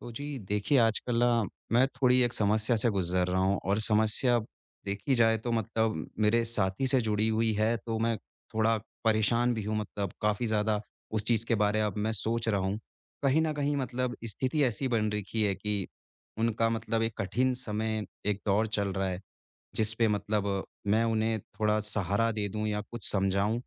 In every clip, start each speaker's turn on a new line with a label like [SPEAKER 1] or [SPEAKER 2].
[SPEAKER 1] तो जी देखिए, आजकल ना मैं थोड़ी एक समस्या से गुज़र रहा हूँ और समस्या देखी जाए तो मतलब मेरे साथी से जुड़ी हुई है, तो मैं थोड़ा परेशान भी हूँ, मतलब काफ़ी ज़्यादा उस चीज़ के बारे अब मैं सोच रहा हूँ। कहीं न कहीं मतलब स्थिति ऐसी बन रखी है कि उनका मतलब एक कठिन समय, एक दौर चल रहा है। जिस पे मतलब मैं उन्हें थोड़ा सहारा दे दूँ या कुछ समझाऊँ,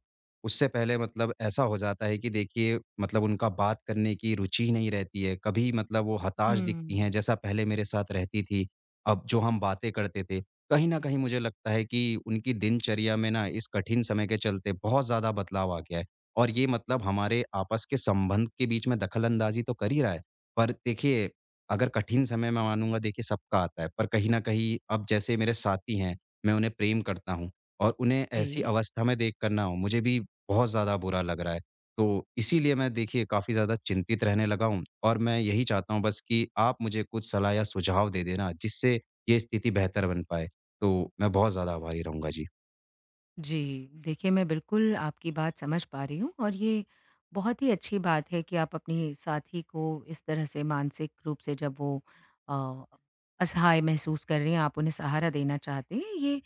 [SPEAKER 1] उससे पहले मतलब ऐसा हो जाता है कि देखिए मतलब उनका बात करने की रुचि ही नहीं रहती है। कभी मतलब वो
[SPEAKER 2] हुँ।
[SPEAKER 1] हताश दिखती हैं, जैसा पहले मेरे साथ रहती थी, अब जो हम बातें करते थे। कहीं न कहीं मुझे लगता है कि उनकी दिनचर्या में ना इस कठिन समय के चलते बहुत ज़्यादा बदलाव आ गया है और ये मतलब हमारे आपस के संबंध के बीच में दखल अंदाज़ी तो कर ही रहा है। पर देखिए, अगर कठिन समय मैं मानूँगा देखिए सबका आता है, पर कहीं न कहीं अब जैसे मेरे साथी हैं, मैं उन्हें प्रेम करता हूँ और उन्हें
[SPEAKER 2] जी।
[SPEAKER 1] ऐसी अवस्था में देख कर ना हो, मुझे भी बहुत ज़्यादा बुरा लग रहा है। तो इसीलिए मैं देखिए काफ़ी ज़्यादा चिंतित रहने लगा हूँ और मैं यही चाहता हूँ बस कि आप मुझे कुछ सलाह या सुझाव दे देना, जिससे ये स्थिति बेहतर बन पाए। तो मैं बहुत ज़्यादा आभारी रहूँगा। जी।
[SPEAKER 2] जी, देखिए मैं बिल्कुल आपकी बात समझ पा रही हूँ और ये बहुत ही अच्छी बात है कि आप अपनी साथी को इस तरह से मानसिक रूप से जब वो अ, असहाय महसूस कर रही हैं, आप उन्हें सहारा देना चाहते हैं, ये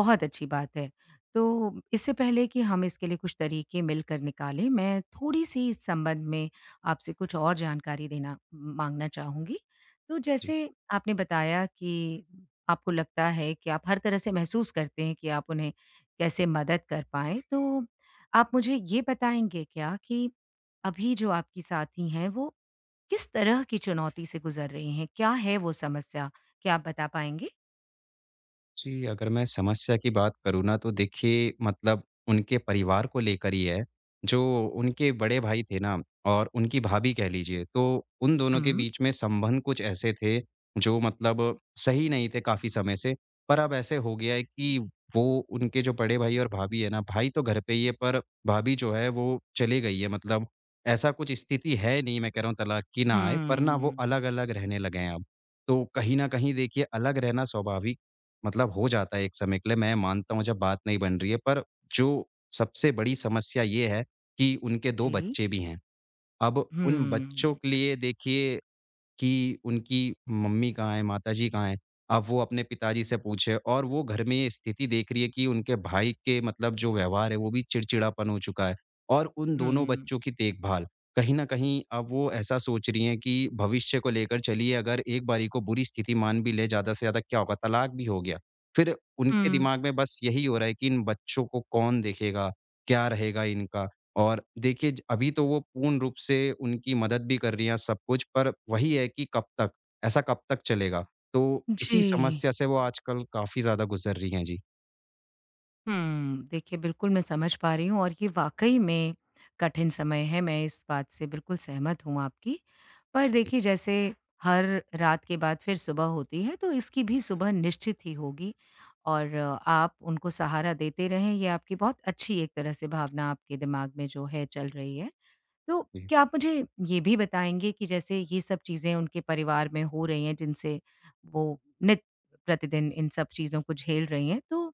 [SPEAKER 2] बहुत अच्छी बात है। तो इससे पहले कि हम इसके लिए कुछ तरीके मिलकर निकालें, मैं थोड़ी-सी इस संबंध में आपसे कुछ और जानकारी देना माँगना चाहूँगी। तो
[SPEAKER 1] जी।
[SPEAKER 2] जैसे आपने बताया कि आपको लगता है कि आप हर तरह से महसूस करते हैं कि आप उन्हें कैसे मदद कर पाएँ। तो आप मुझे ये बताएँगे क्या कि अभी जो आपकी साथी हैं, वो किस तरह की चुनौती से गुज़र रही हैं? क्या है वो समस्या? क्या आप बता पाएँगे?
[SPEAKER 1] जी, अगर मैं समस्या की बात करूँ ना तो देखिए मतलब उनके परिवार को लेकर ही है, जो उनके बड़े भाई थे ना और उनकी भाभी कह लीजिए, तो उन दोनों के
[SPEAKER 2] हुँ।
[SPEAKER 1] बीच में संबंध कुछ ऐसे थे जो मतलब सही नहीं थे काफ़ी समय से। पर अब ऐसे हो गया है कि वो उनके जो बड़े भाई और भाभी है ना, भाई तो घर पे ही है पर भाभी जो है वो चली गई है, मतलब ऐसा कुछ स्थिति है नहीं, मैं कह रहा हूँ तलाक की ना आए, पर ना वो
[SPEAKER 2] हुँ।
[SPEAKER 1] अलग-अलग रहने लगे हैं अब। तो कहीं न कहीं देखिए अलग रहना स्वाभाविक मतलब हो जाता है एक समय के लिए, मैं मानता हूँ, जब बात नहीं बन रही है। पर जो सबसे बड़ी समस्या ये है कि उनके 2
[SPEAKER 2] जी।
[SPEAKER 1] बच्चे भी हैं। अब उन
[SPEAKER 2] हुँ।
[SPEAKER 1] बच्चों के लिए देखिए कि उनकी मम्मी कहाँ हैं, माताजी कहाँ हैं? अब वो अपने पिताजी से पूछे और वो घर में ये स्थिति देख रही है कि उनके भाई के मतलब जो व्यवहार है, वो भी चिड़चिड़ापन हो चुका है और उन दोनों
[SPEAKER 2] हुँ।
[SPEAKER 1] बच्चों की देखभाल। कहीं न कहीं अब वो ऐसा सोच रही हैं कि भविष्य को लेकर चलिए अगर एक बारी को बुरी स्थिति मान भी लें, ज़्यादा से ज़्यादा क्या होगा? तलाक भी हो गया। फिर उनके
[SPEAKER 2] हुँ।
[SPEAKER 1] दिमाग में बस यही हो रहा है कि इन बच्चों को कौन देखेगा? क्या रहेगा इनका? और देखिए ज अभी तो वो पूर्ण रूप से उनकी मदद भी कर रही हैं सब कुछ, पर वही है कि कब तक? ऐसा कब तक चलेगा? तो इसी
[SPEAKER 2] जी।
[SPEAKER 1] समस्या से वो आजकल काफ़ी ज़्यादा गुज़र रही हैं। जी।
[SPEAKER 2] हुँ। देखिए, बिल्कुल मैं समझ पा रही हूँ और ये वाक़ई में कठिन समय है, मैं इस बात से बिल्कुल सहमत हूँ आपकी। पर
[SPEAKER 1] जी,
[SPEAKER 2] देखिए जैसे हर रात के बाद फिर सुबह होती है, तो इसकी भी सुबह निश्चित ही होगी और आप उनको सहारा देते रहें, ये आपकी बहुत अच्छी एक तरह से भावना आपके दिमाग में जो है चल रही है। तो
[SPEAKER 1] जी।
[SPEAKER 2] क्या आप मुझे ये भी बताएँगे कि जैसे ये सब चीज़ें उनके परिवार में हो रही हैं जिनसे वो नित प्रतिदिन इन सब चीज़ों को झेल रही हैं, तो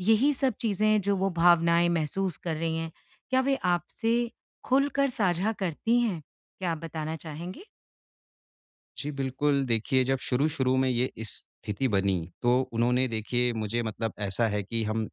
[SPEAKER 2] यही सब चीज़ें जो वो भावनाएँ महसूस कर रही हैं, क्या वे आपसे खुलकर साझा करती हैं? क्या आप बताना चाहेंगे?
[SPEAKER 1] जी, बिल्कुल देखिए, जब शुरू-शुरू में ये स्थिति बनी, तो उन्होंने देखिए मुझे, मतलब ऐसा है कि हम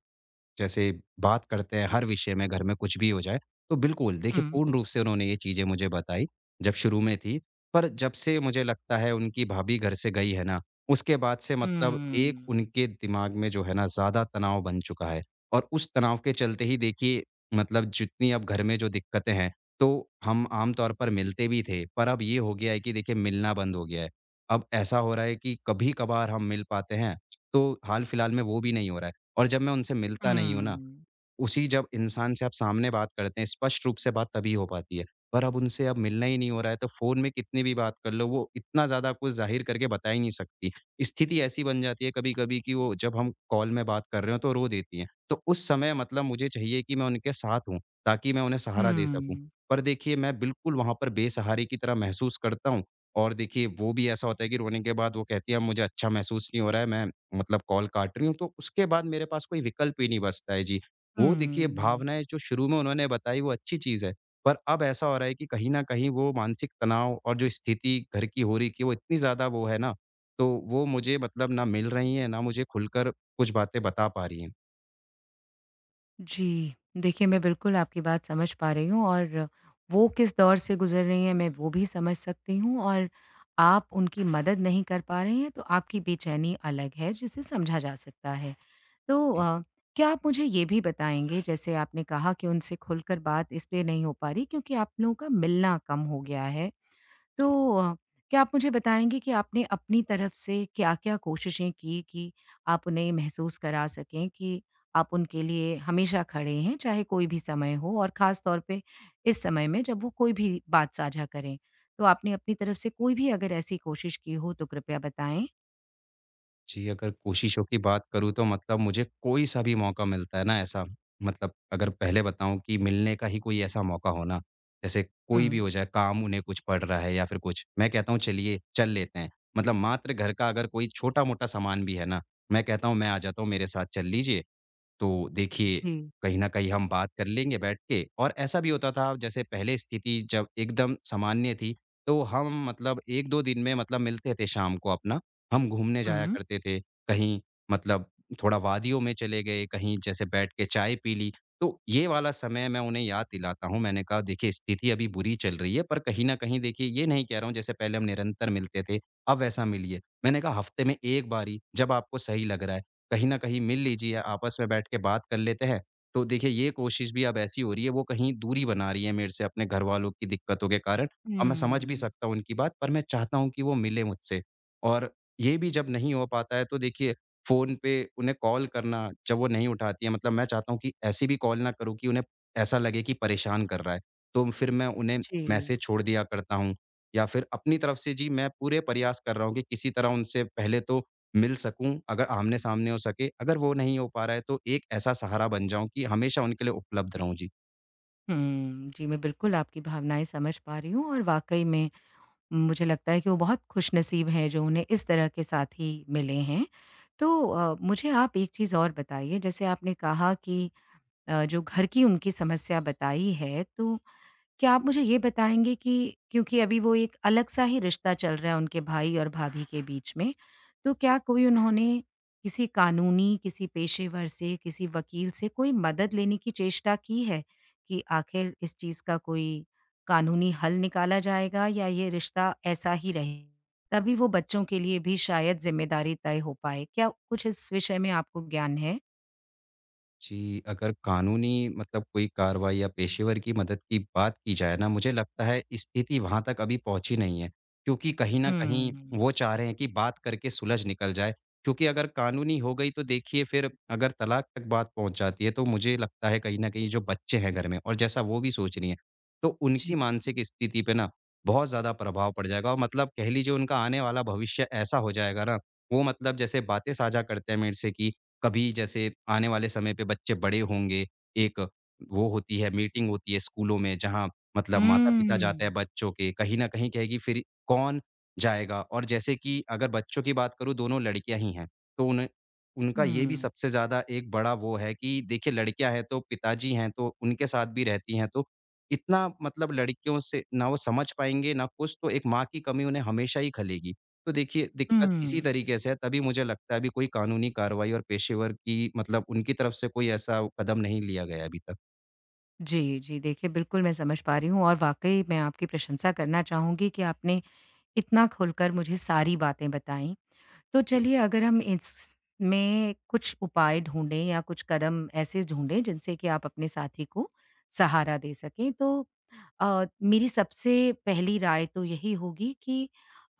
[SPEAKER 1] जैसे बात करते हैं हर विषय में, घर में कुछ भी हो जाए, तो बिल्कुल देखिए
[SPEAKER 2] हुँ।
[SPEAKER 1] पूर्ण रूप से उन्होंने ये चीज़ें मुझे बताई, जब शुरू में थी। पर जब से मुझे लगता है उनकी भाभी घर से गई है ना, उसके बाद से मतलब एक
[SPEAKER 2] हुँ।
[SPEAKER 1] उनके दिमाग में जो है ना ज़्यादा तनाव बन चुका है और उस तनाव के चलते ही देखिए, मतलब जितनी अब घर में जो दिक्कतें हैं, तो हम आम तौर पर मिलते भी थे, पर अब ये हो गया है कि देखिए मिलना बंद हो गया है। अब ऐसा हो रहा है कि कभी-कभार हम मिल पाते हैं, तो हाल-फिलहाल में वो भी नहीं हो रहा है। और जब मैं उनसे मिलता नहीं हूँ ना,
[SPEAKER 2] हुँ।
[SPEAKER 1] उसी जब इंसान से आप सामने बात करते हैं, स्पष्ट रूप से बात तभी हो पाती है। पर अब उनसे अब मिलना ही नहीं हो रहा है, तो फ़ोन में कितनी भी बात कर लो, वो इतना ज़्यादा आपको ज़ाहिर करके बता ही नहीं सकती। स्थिति ऐसी बन जाती है कभी-कभी कि वो जब हम कॉल में बात कर रहे हो, तो रो देती हैं। तो उस समय मतलब मुझे चाहिए कि मैं उनके साथ हूँ, ताकि मैं उन्हें सहारा दे सकूँ।
[SPEAKER 2] हुँ।
[SPEAKER 1] पर देखिए, मैं बिल्कुल वहाँ पर बेसहारे की तरह महसूस करता हूँ और देखिए, वो भी ऐसा होता है कि रोने के बाद वो कहती है, "अब मुझे अच्छा महसूस नहीं हो रहा है, मैं मतलब कॉल काट रही हूँ।" तो उसके बाद मेरे पास कोई विकल्प ही नहीं बचता है। जी। वो देखिए
[SPEAKER 2] हुँ।
[SPEAKER 1] भावनाएँ जो शुरू में उन्होंने बताई वो अच्छी चीज़ है, पर अब ऐसा हो रहा है कि कहीं न कहीं वो मानसिक तनाव और जो स्थिति घर की हो रही कि वो इतनी ज़्यादा वो है ना, तो वो मुझे मतलब ना मिल रही हैं, ना मुझे खुलकर कुछ बातें बता पा रही हैं।
[SPEAKER 2] जी। देखिए, मैं बिल्कुल आपकी बात समझ पा रही हूँ और वो किस दौर से गुज़र रही हैं, मैं वो भी समझ सकती हूँ और आप उनकी मदद नहीं कर पा रहे हैं, तो आपकी बेचैनी अलग है, जिसे समझा जा सकता है। तो
[SPEAKER 1] जी।
[SPEAKER 2] क्या आप मुझे ये भी बताएँगे, जैसे आपने कहा कि उनसे खुलकर बात इसलिए नहीं हो पा रही, क्योंकि आप लोगों का मिलना कम हो गया है। तो क्या आप मुझे बताएँगे कि आपने अपनी तरफ से क्या-क्या कोशिशें की कि आप उन्हें महसूस करा सकें कि आप उनके लिए हमेशा खड़े हैं, चाहे कोई भी समय हो और ख़ास तौर पे इस समय में जब वो कोई भी बात साझा करें? तो आपने अपनी तरफ से कोई भी अगर ऐसी कोशिश की हो तो कृपया बताएँ?
[SPEAKER 1] जी, अगर कोशिशों की बात करूँ तो मतलब मुझे कोई सा भी मौका मिलता है ना ऐसा, मतलब अगर पहले बताऊँ कि मिलने का ही कोई ऐसा मौका हो ना, जैसे कोई भी
[SPEAKER 2] हुँ।
[SPEAKER 1] हो जाए काम उन्हें कुछ पड़ रहा है या फिर कुछ, मैं कहता हूँ चलिए, चल लेते हैं। मतलब मात्र घर का अगर कोई छोटा-मोटा सामान भी है ना, मैं कहता हूँ मैं आ जाता हूँ, मेरे साथ चल लीजिए। तो देखिए,
[SPEAKER 2] जी।
[SPEAKER 1] कहीं न कहीं हम बात कर लेंगे बैठ के और ऐसा भी होता था जैसे पहले स्थिति जब एकदम सामान्य थी, तो हम मतलब 1-2 दिन में मतलब मिलते थे शाम को अपना, हम घूमने जाया
[SPEAKER 2] हुँ।
[SPEAKER 1] करते थे। कहीं मतलब थोड़ा वादियों में चले गए, कहीं जैसे बैठ के चाय पी ली। तो ये वाला समय मैं उन्हें याद दिलाता हूँ, मैंने कहा देखिए स्थिति अभी बुरी चल रही है पर कहीं न कहीं देखिए ये नहीं कह रहा हूँ जैसे पहले हम निरंतर मिलते थे, अब वैसा मिलिए। मैंने कहा हफ्ते में 1 बार ही जब आपको सही लग रहा है। कहीं न कहीं मिल लीजिए, आपस में बैठ के बात कर लेते हैं। तो देखिए ये कोशिश भी अब ऐसी हो रही है, वो कहीं दूरी बना रही है मेरे से अपने घरवालों की दिक्कतों के कारण और मैं समझ भी
[SPEAKER 2] हुँ।
[SPEAKER 1] सकता हूँ उनकी बात, पर मैं चाहता हूँ कि वो मिलें मुझसे। और ये भी जब नहीं हो पाता है तो देखिए फ़ोन पे उन्हें कॉल करना जब वो नहीं उठाती हैं, मतलब मैं चाहता हूँ कि ऐसी भी कॉल ना करूँ कि उन्हें ऐसा लगे कि परेशान कर रहा है। तो फिर मैं उन्हें मैसेज
[SPEAKER 2] जी।
[SPEAKER 1] छोड़ दिया करता हूँ या फिर अपनी तरफ से जी मैं पूरे प्रयास कर रहा हूँ कि किसी तरह उनसे पहले तो मिल सकूँ, अगर आमने-सामने हो सके, अगर वो नहीं हो पा रहा है तो एक ऐसा सहारा बन जाऊँ कि हमेशा उनके लिए उपलब्ध रहूँ। जी।
[SPEAKER 2] हुँ। जी, मैं बिल्कुल आपकी भावनाएँ समझ पा रही हूँ और वाक़ई में मुझे लगता है कि वो बहुत खुशनसीब हैं जो उन्हें इस तरह के साथी मिले हैं। तो मुझे आप एक चीज़ और बताइए। जैसे आपने कहा कि जो घर की उनकी समस्या बताई है, तो क्या आप मुझे ये बताएँगे कि क्योंकि अभी वो एक अलग-सा ही रिश्ता चल रहा है उनके भाई और भाभी के बीच में, तो क्या कोई उन्होंने किसी कानूनी, किसी पेशेवर से, किसी वकील से कोई मदद लेने की चेष्टा की है? कि आखिर इस चीज़ का कोई कानूनी हल निकाला जाएगा या ये रिश्ता ऐसा ही रहे? तभी वो बच्चों के लिए भी शायद ज़िम्मेदारी तय हो पाए। क्या कुछ इस विषय में आपको ज्ञान है?
[SPEAKER 1] जी, अगर कानूनी मतलब कोई कार्रवाई या पेशेवर की मदद की बात की जाए ना, मुझे लगता है स्थिति वहाँ तक अभी पहुँची नहीं है। क्योंकि कहीं न कहीं
[SPEAKER 2] हुँ,
[SPEAKER 1] वो चाह रहे हैं कि बात करके सुलझ निकल जाए। क्योंकि अगर कानूनी हो गई तो देखिए फिर अगर तलाक तक बात पहुँच जाती है तो मुझे लगता है कहीं न कहीं जो बच्चे हैं घर में और जैसा वो भी सोच रही हैं, तो
[SPEAKER 2] जी।
[SPEAKER 1] उनकी मानसिक स्थिति पे ना बहुत ज़्यादा प्रभाव पड़ जाएगा और मतलब कह लीजिए उनका आने वाला भविष्य ऐसा हो जाएगा ना, वो मतलब जैसे बातें साझा करते हैं मेरे से कि कभी जैसे आने वाले समय पे बच्चे बड़े होंगे, एक वो होती है मीटिंग होती है स्कूलों में जहाँ मतलब माता-पिता
[SPEAKER 2] हुँ,
[SPEAKER 1] जाते हैं बच्चों के, कहीं न कहीं कहेगी फिर कौन जाएगा? और जैसे कि अगर बच्चों की बात करूँ दोनों लड़कियाँ ही हैं, तो उन्हें उनका ये भी
[SPEAKER 2] हुँ,
[SPEAKER 1] सबसे ज़्यादा एक बड़ा वो है कि देखिए लड़कियाँ हैं तो पिताजी हैं तो उनके साथ भी रहती हैं, तो इतना मतलब लड़कियों से ना वो समझ पाएँगे ना कुछ, तो एक माँ की कमी उन्हें हमेशा ही खलेगी। तो देखिए, दिक्कत इसी
[SPEAKER 2] हुँ।
[SPEAKER 1] तरीके से है, तभी मुझे लगता है अभी कोई कानूनी कार्रवाई और पेशेवर की मतलब उनकी तरफ से कोई ऐसा कदम नहीं लिया गया है अभी तक।
[SPEAKER 2] जी, जी। देखिए, बिल्कुल मैं समझ पा रही हूँ और वाक़ई मैं आपकी प्रशंसा करना चाहूँगी कि आपने इतना खुलकर मुझे सारी बातें बताई। तो
[SPEAKER 1] जी।
[SPEAKER 2] चलिए, अगर हम इसमें कुछ उपाय ढूँढें या कुछ कदम ऐसे ढूँढें जिनसे कि आप अपने साथी को सहारा दे सकें। तो मेरी सबसे पहली राय तो यही होगी कि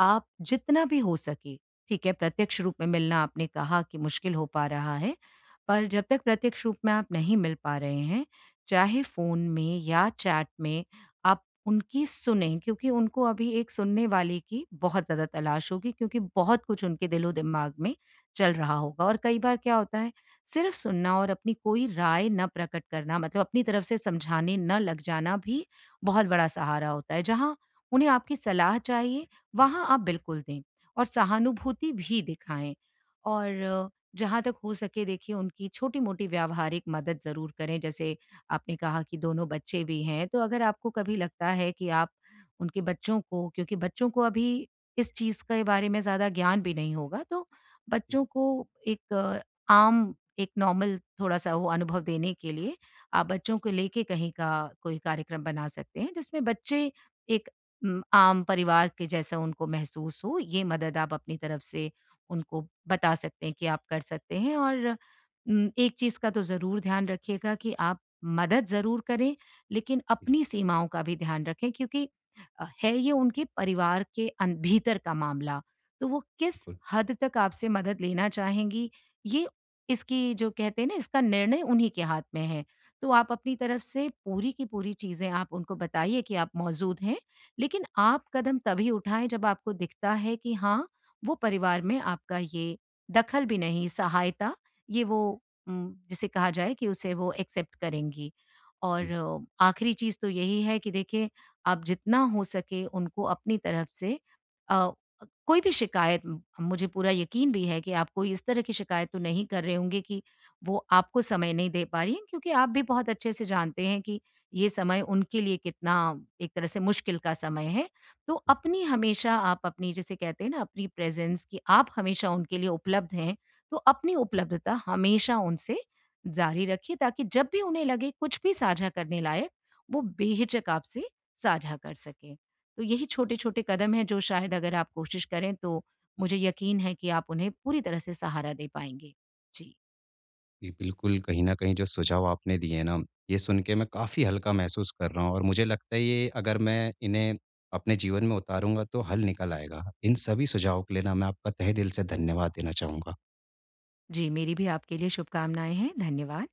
[SPEAKER 2] आप जितना भी हो सके, ठीक है, प्रत्यक्ष रूप में मिलना आपने कहा कि मुश्किल हो पा रहा है, पर जब तक प्रत्यक्ष रूप में आप नहीं मिल पा रहे हैं, चाहे फ़ोन में या चैट में, आप उनकी सुनें, क्योंकि उनको अभी एक सुनने वाले की बहुत ज़्यादा तलाश होगी, क्योंकि बहुत कुछ उनके दिलो-दिमाग में चल रहा होगा। और कई बार क्या होता है, सिर्फ़ सुनना और अपनी कोई राय ना प्रकट करना, मतलब अपनी तरफ से समझाने ना लग जाना भी बहुत बड़ा सहारा होता है। जहाँ उन्हें आपकी सलाह चाहिए, वहाँ आप बिल्कुल दें और सहानुभूति भी दिखाएँ। और जहाँ तक हो सके, देखिए, उनकी छोटी-मोटी व्यावहारिक मदद ज़रूर करें। जैसे आपने कहा कि दोनों बच्चे भी हैं, तो अगर आपको कभी लगता है कि आप उनके बच्चों को, क्योंकि बच्चों को अभी इस चीज़ के बारे में ज़्यादा ज्ञान भी नहीं होगा, तो
[SPEAKER 1] जी,
[SPEAKER 2] बच्चों को एक आम, एक नॉर्मल, थोड़ा-सा वो अनुभव देने के लिए आप बच्चों को लेके कहीं का कोई कार्यक्रम बना सकते हैं, जिसमें बच्चे एक आम परिवार के जैसा उनको महसूस हो। ये मदद आप अपनी तरफ से उनको बता सकते हैं कि आप कर सकते हैं। और एक चीज़ का तो ज़रूर ध्यान रखिएगा कि आप मदद ज़रूर करें, लेकिन
[SPEAKER 1] जी,
[SPEAKER 2] अपनी सीमाओं का भी ध्यान रखें, क्योंकि है ये उनके परिवार के अन भीतर का मामला। तो वो किस
[SPEAKER 1] बिल्कुल।
[SPEAKER 2] हद तक आपसे मदद लेना चाहेंगी, ये, इसकी, जो कहते हैं ना, इसका निर्णय उन्हीं के हाथ में है। तो आप अपनी तरफ से पूरी की पूरी चीज़ें आप उनको बताइए कि आप मौजूद हैं, लेकिन आप कदम तभी उठाएँ जब आपको दिखता है कि हाँ, वो परिवार में आपका ये दखल भी नहीं, सहायता, ये वो, जिसे कहा जाए कि उसे वो एक्सेप्ट करेंगी।
[SPEAKER 1] जी,
[SPEAKER 2] और
[SPEAKER 1] जी।
[SPEAKER 2] आखिरी चीज़ तो यही है कि देखिए, आप जितना हो सके उनको अपनी तरफ से अ, कोई भी शिकायत, म मुझे पूरा यकीन भी है कि आप कोई इस तरह की शिकायत तो नहीं कर रहे होंगे कि वो आपको समय नहीं दे पा रही हैं, क्योंकि आप भी बहुत अच्छे से जानते हैं कि ये समय उनके लिए कितना एक तरह से मुश्किल का समय है। तो अपनी हमेशा, आप अपनी, जिसे कहते हैं ना, अपनी प्रेज़ेंस कि आप हमेशा उनके लिए उपलब्ध हैं। तो अपनी उपलब्धता हमेशा उनसे जारी रखिए, ताकि जब भी उन्हें लगे कुछ भी साझा करने लायक, वो बेहिचक आपसे साझा कर सकें। तो यही छोटे-छोटे कदम हैं जो शायद अगर आप कोशिश करें, तो मुझे यकीन है कि आप उन्हें पूरी तरह से सहारा दे पाएँगे। जी।
[SPEAKER 1] जी, बिल्कुल, कहीं न कहीं जो सुझाव आपने दिए हैं ना, ये सुन के मैं काफ़ी हल्का महसूस कर रहा हूँ और मुझे लगता है ये अगर मैं इन्हें अपने जीवन में उतारूँगा तो हल निकल आएगा। इन सभी सुझावों के लिए ना मैं आपका तहे दिल से धन्यवाद देना चाहूँगा।
[SPEAKER 2] जी, मेरी भी आपके लिए शुभकामनाएँ हैं। धन्यवाद।